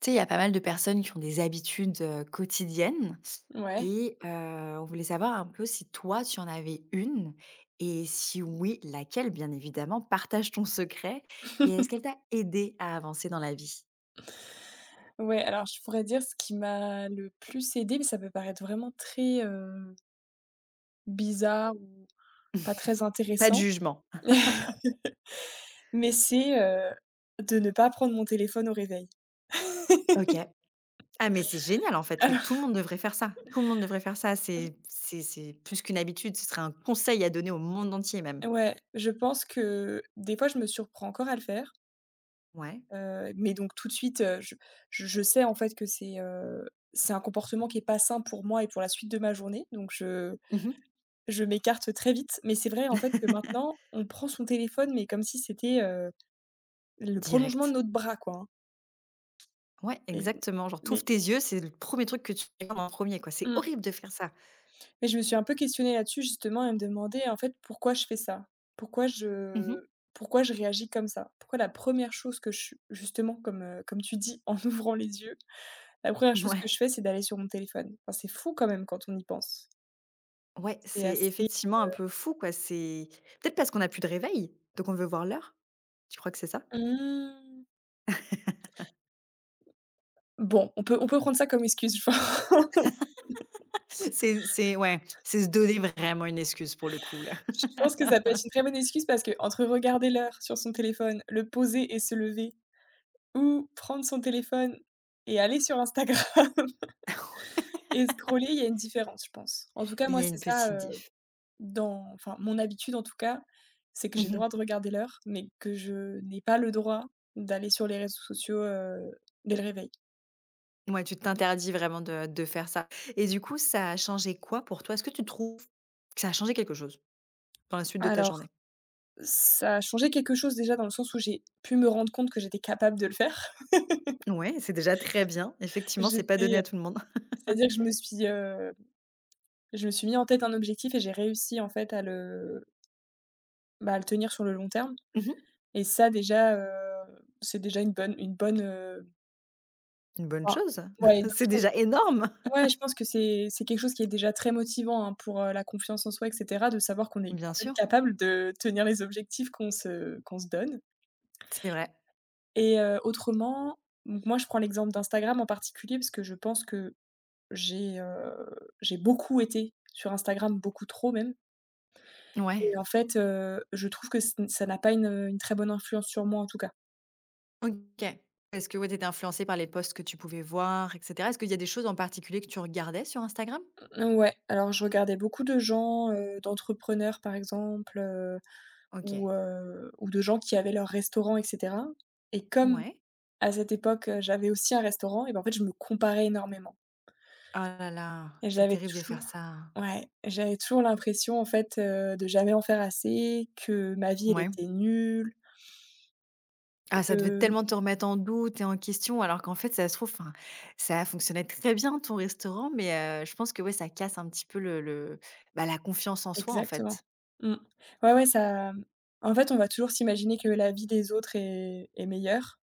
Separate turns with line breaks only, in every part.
Tu sais, il y a pas mal de personnes qui ont des habitudes, quotidiennes
Ouais.
et on voulait savoir un peu si toi, tu en avais une et si oui, laquelle bien évidemment? Partage ton secret et est-ce qu'elle t'a aidé à avancer dans la vie?
Ouais, alors je pourrais dire ce qui m'a le plus aidé, mais ça peut paraître vraiment très, bizarre ou pas très
Pas de
intéressant.
jugement.
Mais c'est, de ne pas prendre mon téléphone au réveil.
OK. Ah mais c'est génial en fait, mais
Alors
tout le monde devrait faire ça. Tout le monde devrait faire ça,
je
c'est plus qu'une habitude, ce serait un conseil à donner au monde entier même.
ouais, je pense que des fois, je me surprends encore à le faire,
Ouais.
mais donc tout de suite, je sais en fait que c'est un comportement qui est pas sain pour moi et pour la suite de ma journée, donc je
Mmh.
Je m'écarte très vite, mais c'est vrai en fait que maintenant, on prend son téléphone, mais comme si c'était, le prolongement de
Direct.
notre bras quoi, hein.
Ouais,
Et
exactement, genre tu
mais
tes yeux, c'est le premier truc que tu fais en premier quoi. C'est
mmh,
horrible de faire ça.
mais je me suis un peu questionnée là-dessus justement et me demander en fait pourquoi je fais ça? Pourquoi
Mmh mh.
je pourquoi je réagis comme ça? Pourquoi la première chose que je justement comme tu dis en ouvrant les yeux, la première chose que
Ouais,
je fais c'est d'aller sur mon téléphone. Enfin c'est fou quand même quand on y pense.
ouais,
C'est
c'est effectivement un peu fou, quoi. C'est peut-être parce qu'on a plus de réveil, donc on veut voir l'heure? Tu crois que c'est ça?
mmh, bon, on peut prendre ça comme excuse.
C'est ouais, c'est se donner vraiment une excuse pour le coup, là.
Je pense que ça peut être une très bonne excuse parce que entre regarder l'heure sur son téléphone, le poser et se lever ou prendre son téléphone et aller sur Instagram et scroller, il y a une différence, je pense. En tout cas,
Il y
moi,
a
c'est
une
ça,
petite diff.
dans enfin, mon habitude, en tout cas, c'est que j'ai le
Mmh.
droit de regarder l'heure, mais que je n'ai pas le droit d'aller sur les réseaux sociaux, dès le réveil.
Ouais, tu t'interdis vraiment de faire ça et du coup, ça a changé quoi pour toi? Est-ce que tu trouves que ça a changé quelque chose dans la suite de ta
Alors,
journée?
ça a changé quelque chose déjà dans le sens où j'ai pu me rendre compte que j'étais capable de le faire.
Ouais, c'est déjà très bien. Effectivement, c'est pas
J'étais,
donné
heu
à tout le monde.
C'est-à-dire que je me suis mis en tête un objectif et j'ai réussi en fait à le tenir sur le long terme,
Mmh.
et ça déjà, c'est déjà une bonne
Une bonne
enfin
chose.
ouais, une bonne
C'est
chose.
déjà énorme.
Ouais, je pense que c'est quelque chose qui est déjà très motivant, hein, pour, la confiance en soi et cetera, de savoir qu'on est en
Bien
fait
sûr,
capable de tenir les objectifs qu'on se donne,
c'est vrai.
et autrement, donc moi je prends l'exemple d'Instagram en particulier parce que je pense que j'ai, heu, j'ai beaucoup été sur Instagram, beaucoup trop même.
Ouais.
Et en fait, je trouve que ce ça n'a pas une très bonne influence sur moi, en tout cas.
OK. Est-ce que, ouais, tu étais influencée par les posts que tu pouvais voir et cetera? Est-ce qu'il y a des choses en particulier que tu regardais sur Instagram?
Mmh, ouais, alors je regardais beaucoup de gens, d'entrepreneurs, par exemple,
OK.
ou de gens qui avaient leur restaurant et cetera, et comme
Ouais.
à cette époque, j'avais aussi un restaurant et ben, en fait, je me comparais énormément
Oh là là,
et
c'est
j'avais
terrible de faire
toujours
ça.
ouais, j'avais toujours l'impression, en fait, de jamais en faire assez, que ma vie, elle
Ouais.
était nulle,
Ah, ça devait
que
tellement te remettre en doute et en question alors qu'en fait, ça se trouve, enfin, ça fonctionnait très bien ton restaurant, mais je pense que, ouais, ça casse un petit peu le, bah, la confiance en soi, en
Exactement.
fait.
Mmh. Ouais, ouais, ça mmh, en fait, on va toujours s'imaginer que la vie des autres est meilleure,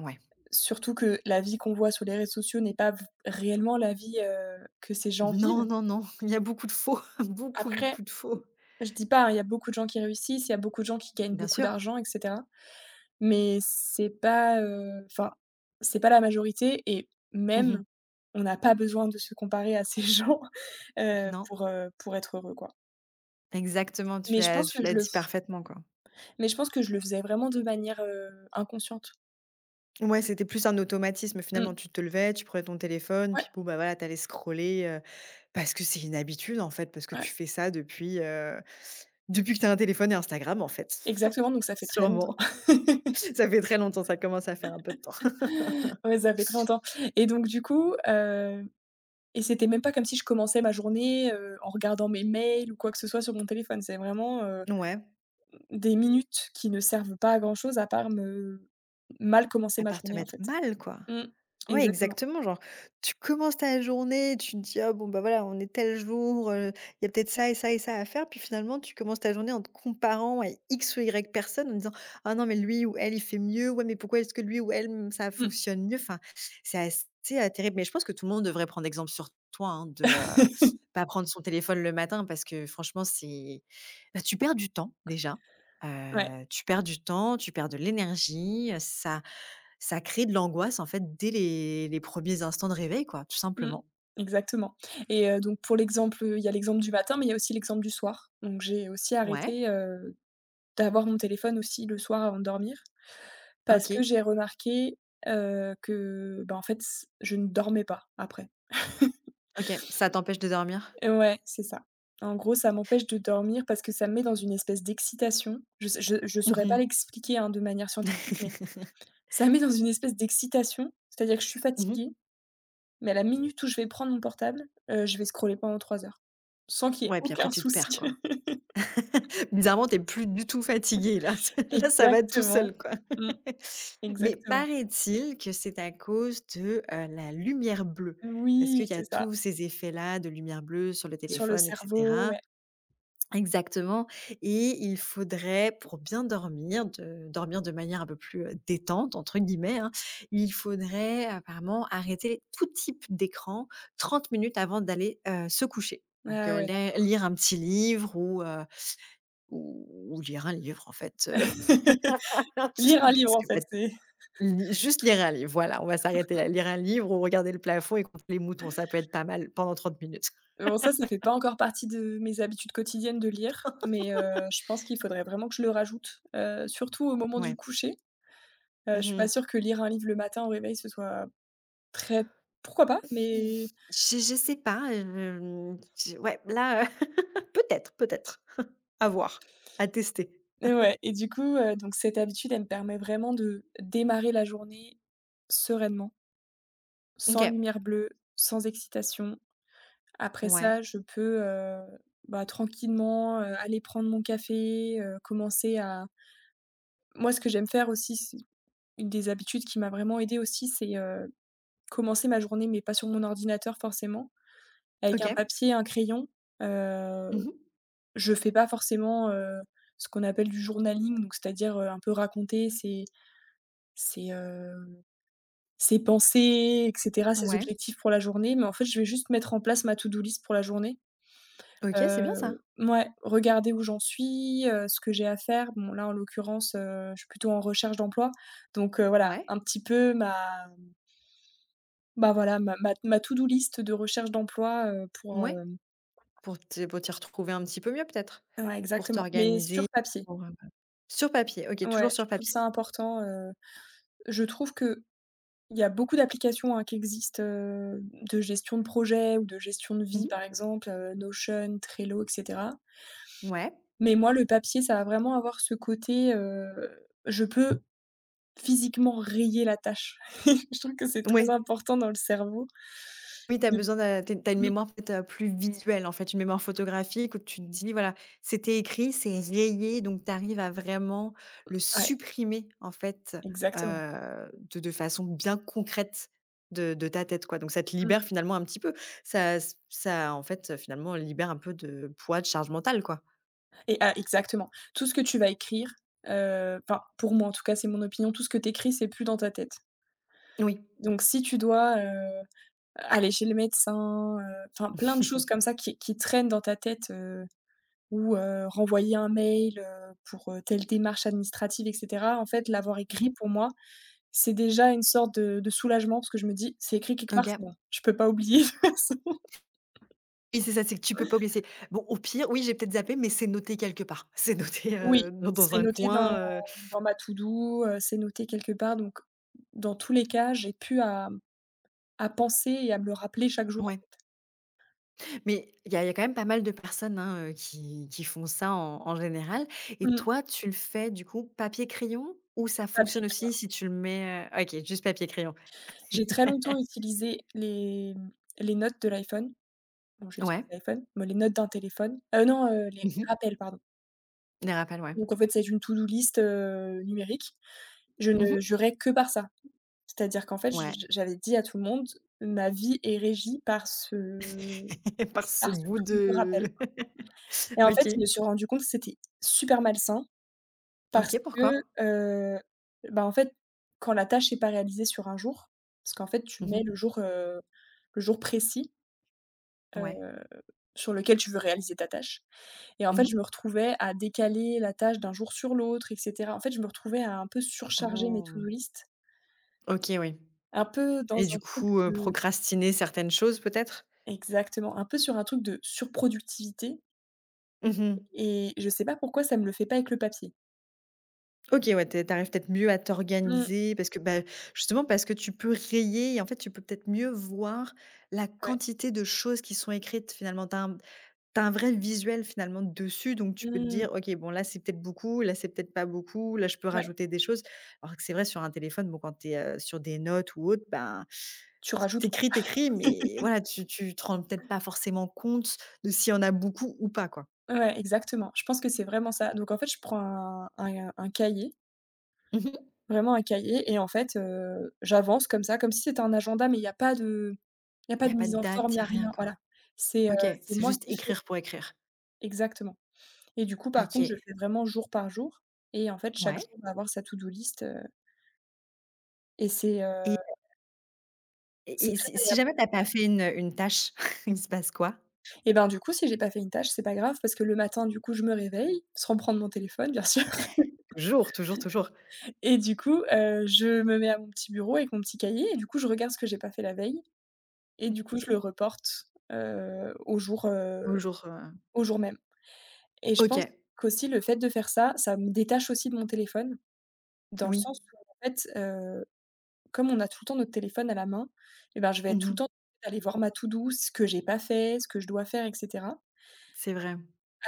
Ouais.
surtout que la vie qu'on voit sur les réseaux sociaux n'est pas v réellement la vie, que ces gens
Non,
vivent.
non, non, il y a beaucoup de faux, beaucoup,
Après,
beaucoup de faux.
je dis pas, hein, il y a beaucoup de gens qui réussissent, il y a beaucoup de gens qui gagnent
Bien
beaucoup
sûr.
d'argent et cetera, mais c'est pas, enfin, c'est pas la majorité et
Mmh.
même, on n'a pas besoin de se comparer à ces gens,
Non,
pour être heureux, quoi.
exactement, tu
Mais je
l'as
pense
tu
que
l'as
je le
dit parfaitement, quoi.
Mais je pense que je le faisais vraiment de manière, inconsciente.
Ouais, c'était plus un automatisme finalement.
Mmh.
Tu te levais, tu prenais ton téléphone,
Ouais,
puis bon, bah voilà, t'allais scroller parce que c'est une habitude en fait, parce que tu
ouais,
fais ça depuis que t'as un téléphone et Instagram en fait.
exactement, donc ça fait très longtemps.
Sûrement. Ça fait très longtemps, ça commence à faire un peu de temps.
Ouais, ça fait très longtemps et donc du coup, et c'était même pas comme si je commençais ma journée, en regardant mes mails ou quoi que ce soit sur mon téléphone. C'est vraiment,
Ouais,
des minutes qui ne servent pas à grand chose à part me mal commencer
à
ma
part te
journée, en
mettre
fait.
mal quoi.
Mmh.
Ouais,
Exactement.
exactement, genre, tu commences ta journée, tu te dis: «Ah bon, bah, voilà, on est tel jour, il y a peut-être ça et ça et ça à faire», puis finalement, tu commences ta journée en te comparant à X ou Y personne, en disant: «Ah non, mais lui ou elle, il fait mieux. Ouais, mais pourquoi est-ce que lui ou elle, ça
Mmh.
fonctionne mieux?» enfin, c'est assez, terrible, mais je pense que tout le monde devrait prendre exemple sur toi, hein, de, pas prendre son téléphone le matin parce que franchement, c'est bah, tu perds du temps déjà,
Ouais.
tu perds du temps, tu perds de l'énergie, ça crée de l'angoisse, en fait, dès les 1 instants de réveil, quoi, tout
Mmh.
simplement.
Exactement, et donc pour l'exemple, il y a l'exemple du matin, mais il y a aussi l'exemple du soir. Donc j'ai aussi
Ouais,
arrêté d'avoir mon téléphone aussi le soir avant de dormir, parce que
OK,
j'ai remarqué, que, bah, en fait, s je ne dormais pas après.
OK, ça t'empêche de dormir?
Ouais, c'est ça. En gros, ça m'empêche de dormir parce que ça me met dans une espèce d'excitation. Je sais je
Mmh
saurais pas
mh.
l'expliquer, hein, de manière scientifique, mais ça me met dans une espèce d'excitation, c'est-à-dire que je suis fatiguée, mais à la minute où je vais prendre mon portable, je vais scroller pendant trois heures, sans qu'il y ait
Ouais, puis après
aucun
tu te
souci.
perds, quoi. Bizarrement, t'es plus du tout fatigué là, là ça va tout
Exactement.
seul, quoi.
Mmh,
Mais
exactement.
paraît-il que c'est à cause de, la lumière bleue, parce
Oui,
qu'il y a
c'est ça,
tous ces effets-là de lumière bleue sur le
sur le
téléphone et
cerveau,
cetera.
ouais.
Exactement et il faudrait pour bien dormir de manière un peu plus, «détente» entre guillemets, hein, il faudrait apparemment arrêter tout type d'écran 30 minutes avant d'aller, se coucher. Donc,
Ah ouais.
lai lire un petit livre ou ou lire un livre en fait, parce
Lire un livre, en
que
fait,
peut
c'est
li juste lire un livre, voilà, on va s'arrêter là. Lire un livre ou regarder le plafond et compter les moutons, ça peut être pas mal pendant 30 minutes.
bon, ça fait pas encore partie de mes habitudes quotidiennes de lire, mais je pense qu'il faudrait vraiment que je le rajoute, surtout au moment du
Ouais.
coucher. Je suis pas
Mmh.
sûre que lire un livre le matin au réveil, ce soit très pourquoi pas,
Mmh.
mais
Je sais pas, hem, je ouais, là, peut-être, peut-être. À voir, à tester.
mais ouais, et du coup, donc cette habitude, elle me permet vraiment de démarrer la journée sereinement, sans
OK.
lumière bleue, sans excitation. Après
Ouais.
ça, je peux, bah, tranquillement, aller prendre mon café, commencer à moi, ce que j'aime faire aussi, c'est une des habitudes qui m'a vraiment aidée aussi, c'est, commencer ma journée, mais pas sur mon ordinateur forcément, avec un
OK.
papier, un crayon. Heu,
Mmh mh.
je fais pas forcément, ce qu'on appelle du journaling, donc c'est-à-dire, un peu raconter ses, heu, ses pensées et cetera, ses
Ouais.
objectifs pour la journée, mais en fait, je vais juste mettre en place ma to do list pour la journée.
OK, c'est bien ça.
Mouais, regarder où j'en suis, ce que j'ai à faire. Bon là, en l'occurrence, je suis plutôt en recherche d'emploi, donc voilà,
Ouais,
un petit peu ma bah, voilà, ma to do list de recherche d'emploi, pour,
ouais.
hem
Pour t'y retrouver un petit peu mieux peut-être?
ouais,
Pour
exactement, mais
t'organiser,
sur papier.
bah. Sur papier, OK,
Ouais,
toujours
je
sur
trouve
papier.
ça important, je trouve que il y a beaucoup d'applications, hein, qui existent, de gestion de projet ou de gestion de
Mmh
vie,
mh.
par exemple, Notion, Trello, et cetera,
Ouais.
mais moi, le papier, ça va vraiment avoir ce côté, je peux physiquement rayer la tâche. Je trouve que c'est très
Ouais.
important dans le cerveau
Oui, tu as
de
besoin d'un tu es une
mmh,
mémoire peut-être, plus visuelle, en fait, une mémoire photographique où tu te dis: «Voilà, c'était écrit, c'est rayé», donc tu arrives à vraiment le
ouais,
supprimer, en fait,
exactement.
de façon bien concrète de ta tête, quoi, donc ça te
Mmh
libère finalement un petit peu. Ça, en fait, finalement libère un peu de poids, de charge mentale, quoi.
et ah, exactement. Tout ce que tu vas écrire, enfin, pour moi en tout cas, c'est mon opinion, tout ce que tu écris, c'est plus dans ta tête.
Oui.
Donc si tu dois, aller chez le médecin, enfin plein de choses comme ça qui traînent dans ta tête, ou, renvoyer un mail, pour, telle démarche administrative et cetera, en fait, l'avoir
Mmh.
écrit pour moi c'est déjà une sorte de soulagement parce que je me dis: «C'est écrit quelque part,
OK.
c'est bon, je peux pas oublier».
Et c'est ça, c'est que tu peux pas oublier, c'est bon, au pire, oui, j'ai peut-être zappé, mais c'est noté quelque part. C'est noté,
Oui,
dans
c'est
un
noté dans
coin,
dans ma to do, c'est noté quelque part, donc dans tous les cas, j'ai pu à penser et à me le rappeler chaque jour.
ouais. Mais il y a quand même pas mal de personnes, hein, qui font ça en général et
Mmh,
toi, tu le fais du coup papier-crayon ou ça
papier
fonctionne aussi
crayon.
si tu le mets, OK, juste papier-crayon.
J'ai très longtemps utilisé les, mmh, les notes de l'iPhone. Bon, j'utilise
Ouais.
l'iPhone, mais les notes d'un téléphone. Non, les
Mmh.
rappels, pardon.
Des rappels, ouais.
Donc en fait, c'est une to do list, numérique. Je
Mmh.
ne jurais que par ça. C'est-à-dire qu'en fait, je
Ouais.
j'avais dit à tout le monde: «Ma vie est régie
Par ce
par ce
bout
truc de
de
rappel», et en fait,
OK.
je me suis rendu compte que c'était super malsain parce
OK,
que,
pourquoi?
heu, bah, en fait, quand la tâche n'est pas réalisée sur un jour, parce qu'en fait, tu
Mmh.
mets le jour précis,
Ouais.
heu, sur lequel tu veux réaliser ta tâche, et en fait,
Mmh.
je me retrouvais à décaler la tâche d'un jour sur l'autre et cetera. En fait, je me retrouvais à un peu surcharger mes to do
Oh!
list,
OK, oui
un peu dans
et du
un truc
coup,
de
procrastiner certaines choses peut-être?
exactement, un peu sur un truc de surproductivité,
Mmh.
et je sais pas pourquoi ça me le fait pas avec le papier.
OK, ouais, tu es peut-être mieux à
Mmh,
t'organiser parce que, bah, justement parce que tu peux rayer et en fait, tu peux peut-être mieux voir la
ouais,
quantité de choses qui sont écrites finalement. T'as un tu un vrai visuel finalement dessus, donc tu peux te
mmh,
dire: «OK, bon là, c'est peut-être beaucoup, là, c'est peut-être pas beaucoup, là, je peux
ouais,
rajouter des choses». Alors que c'est vrai sur un téléphone, bon, quand t'es, sur des notes ou autre, ben,
tu rajoutes quoi.
t'écris, mais voilà, tu te rends peut-être pas forcément compte de s'il y en a beaucoup ou pas, quoi.
Ouais, exactement, je pense que c'est vraiment ça. Donc en fait, je prends un cahier,
Mmh.
vraiment un cahier, et en fait, j'avance comme ça, comme si c'était un agenda mais il y a
Il
pas
y
de
a pas
mise
de
en forme,
date,
il
il y
y a
a rien,
rien,
quoi.
voilà. C'est, heu,
OK,
c'est
c'est
moi
juste
qui fais
écrire pour écrire.
exactement, et du coup, par contre, je
OK.
fais vraiment jour par jour et en fait, chaque jour
Ouais.
on va avoir sa to do list, et
et
c'est
et
très
si
agréable.
jamais t'as pas fait une tâche, il se passe quoi?
Et ben, du coup, si j'ai pas fait une tâche, c'est pas grave parce que le matin, du coup, je me réveille, sans prendre mon téléphone, bien sûr
Toujours, toujours, toujours.
et du coup, je me mets à mon petit bureau avec mon petit cahier et du coup, je regarde ce que j'ai pas fait la veille et du coup, je le reporte, heu, au jour, heu,
Toujours,
au jour même, et je
OK,
pense qu'aussi le fait de faire ça, ça me détache aussi de mon téléphone dans le
oui.
sens où, en fait, comme on a tout le temps notre téléphone à la main, et ben, je vais être tout le
Mmh.
temps aller voir ma to do, ce que j'ai pas fait, ce que je dois faire etc.
C'est vrai.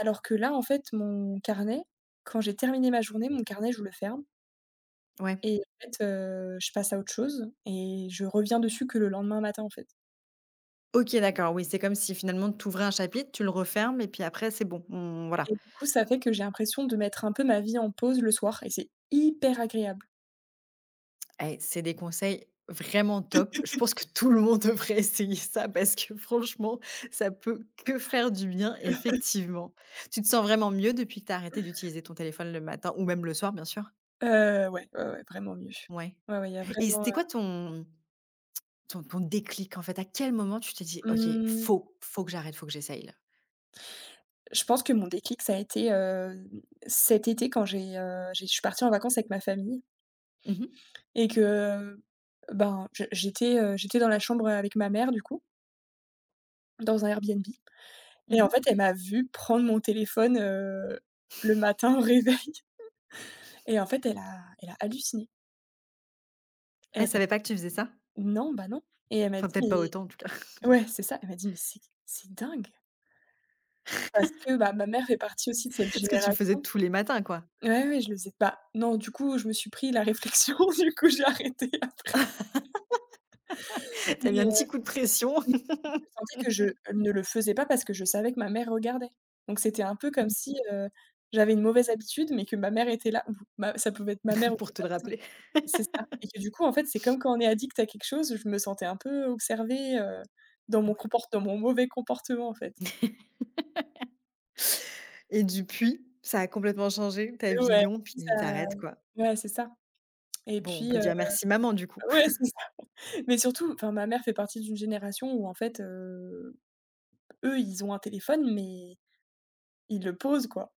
Alors que là, en fait, mon carnet, quand j'ai terminé ma journée, mon carnet, je le ferme
Ouais.
et en fait, je passe à autre chose et je reviens dessus que le lendemain matin, en fait,
OK, d'accord, oui, c'est comme si finalement tu ouvrais un chapitre, tu le refermes et puis après c'est bon, on voilà.
et du coup, ça fait que j'ai l'impression de mettre un peu ma vie en pause le soir, et c'est hyper agréable.
Eh, c'est des conseils vraiment top. Je pense que tout le monde devrait essayer ça parce que franchement, ça peut que faire du bien, effectivement. Tu te sens vraiment mieux depuis que tu as arrêté d'utiliser ton téléphone le matin ou même le soir, bien sûr?
Ouais, ouais, ouais, vraiment mieux.
Ouais.
Ouais, ouais, il y a
Et
vraiment,
c'était quoi ton ton déclic, en fait? À quel moment tu t'es dit:
heu,
«OK,
mmh,
faut que j'arrête, faut que j'essaye, là»?
je pense que mon déclic, ça a été, cet été quand j'ai je suis partie en vacances avec ma famille,
Mmh mh.
et que, ben, je j'étais, j'étais dans la chambre, avec ma mère, du coup, dans un Airbnb. Et en
Mmh.
fait, elle m'a vu prendre mon téléphone, le matin au réveil, et en fait, elle a halluciné. Elle
Elle
m'a
savait pas que tu faisais ça?
dit non, bah, non, et elle m'a
Enfin,
dit:
peut-être pas autant, en
«Mais»
tout cas.
ouais, c'est ça, elle m'a dit: «Mais c'est dingue!» parce que, bah, ma mère fait partie aussi de cette
Parce que tu le faisais
génération.
tous les matins, quoi?
Ouais, ouais, je le faisais bah, non, du coup, je me suis pris la réflexion, du coup, j'ai arrêté après.
T'as
Mais,
mis un
heu,
petit coup de pression
mais je sentais que je ne le faisais pas parce que je savais que ma mère regardait. Donc c'était un peu comme si, j'avais une mauvaise habitude, mais que ma mère était là ou ma ça pouvait être ma mère ou
pour
mon
te le
papa,
rappeler.
c'est ça, et que du coup, en fait, c'est comme quand on est addict à quelque chose, je me sentais un peu observée,
Ouais.
dans mon mauvais comportement, en fait.
Et depuis, ça a complètement changé ta
Ouais,
vision, puis
ça
t'arrêtes quoi.
ouais, c'est ça et
Bon, on
puis,
peut dire merci maman, du coup.
ouais, c'est ça. Mais surtout, enfin, ma mère fait partie d'une génération où en fait, eux, ils ont un téléphone, mais ils le posent, quoi.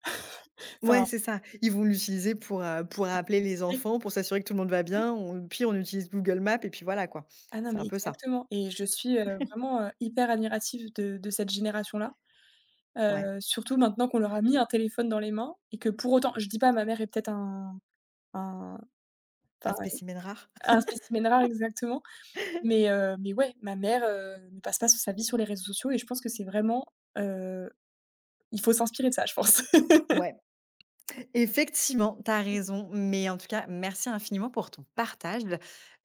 Ouais,
Enfin,
c'est ça. Ils vont l'utiliser pour, pour appeler les
oui.
enfants, pour s'assurer que tout le monde va bien. On Puis on utilise Google Maps et puis voilà, quoi.
Ah non,
C'est un
mais
peu ça.
exactement, et je suis, vraiment, hyper admirative de cette génération-là,
Ouais.
surtout maintenant qu'on leur a mis un téléphone dans les mains, et que pour autant je dis pas ma mère est peut-être un un
Un
enfin,
spécimen rare.
un spécimen rare, exactement. Mais ouais, ma mère, ne passe pas sa vie sur les réseaux sociaux, et je pense que c'est vraiment, heu, il faut s'inspirer de ça, je pense.
Ouais. Effectivement, tu as raison, mais en tout cas, merci infiniment pour ton partage.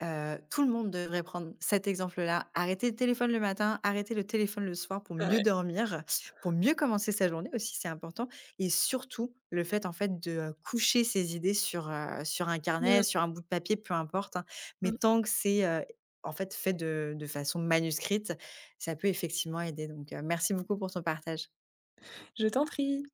Heu, Tout le monde devrait prendre cet exemple-là, arrêter le téléphone le matin, arrêter le téléphone le soir pour mieux
Ouais.
dormir, pour mieux commencer sa journée aussi, c'est important et surtout le fait, en fait, de, coucher ses idées sur un
Mmh
carnet,
mh.
sur un bout de papier, peu importe, hein, mais tant que c'est, en fait, fait de façon manuscrite, ça peut effectivement aider donc, merci beaucoup pour ton partage.
Je t'en prie.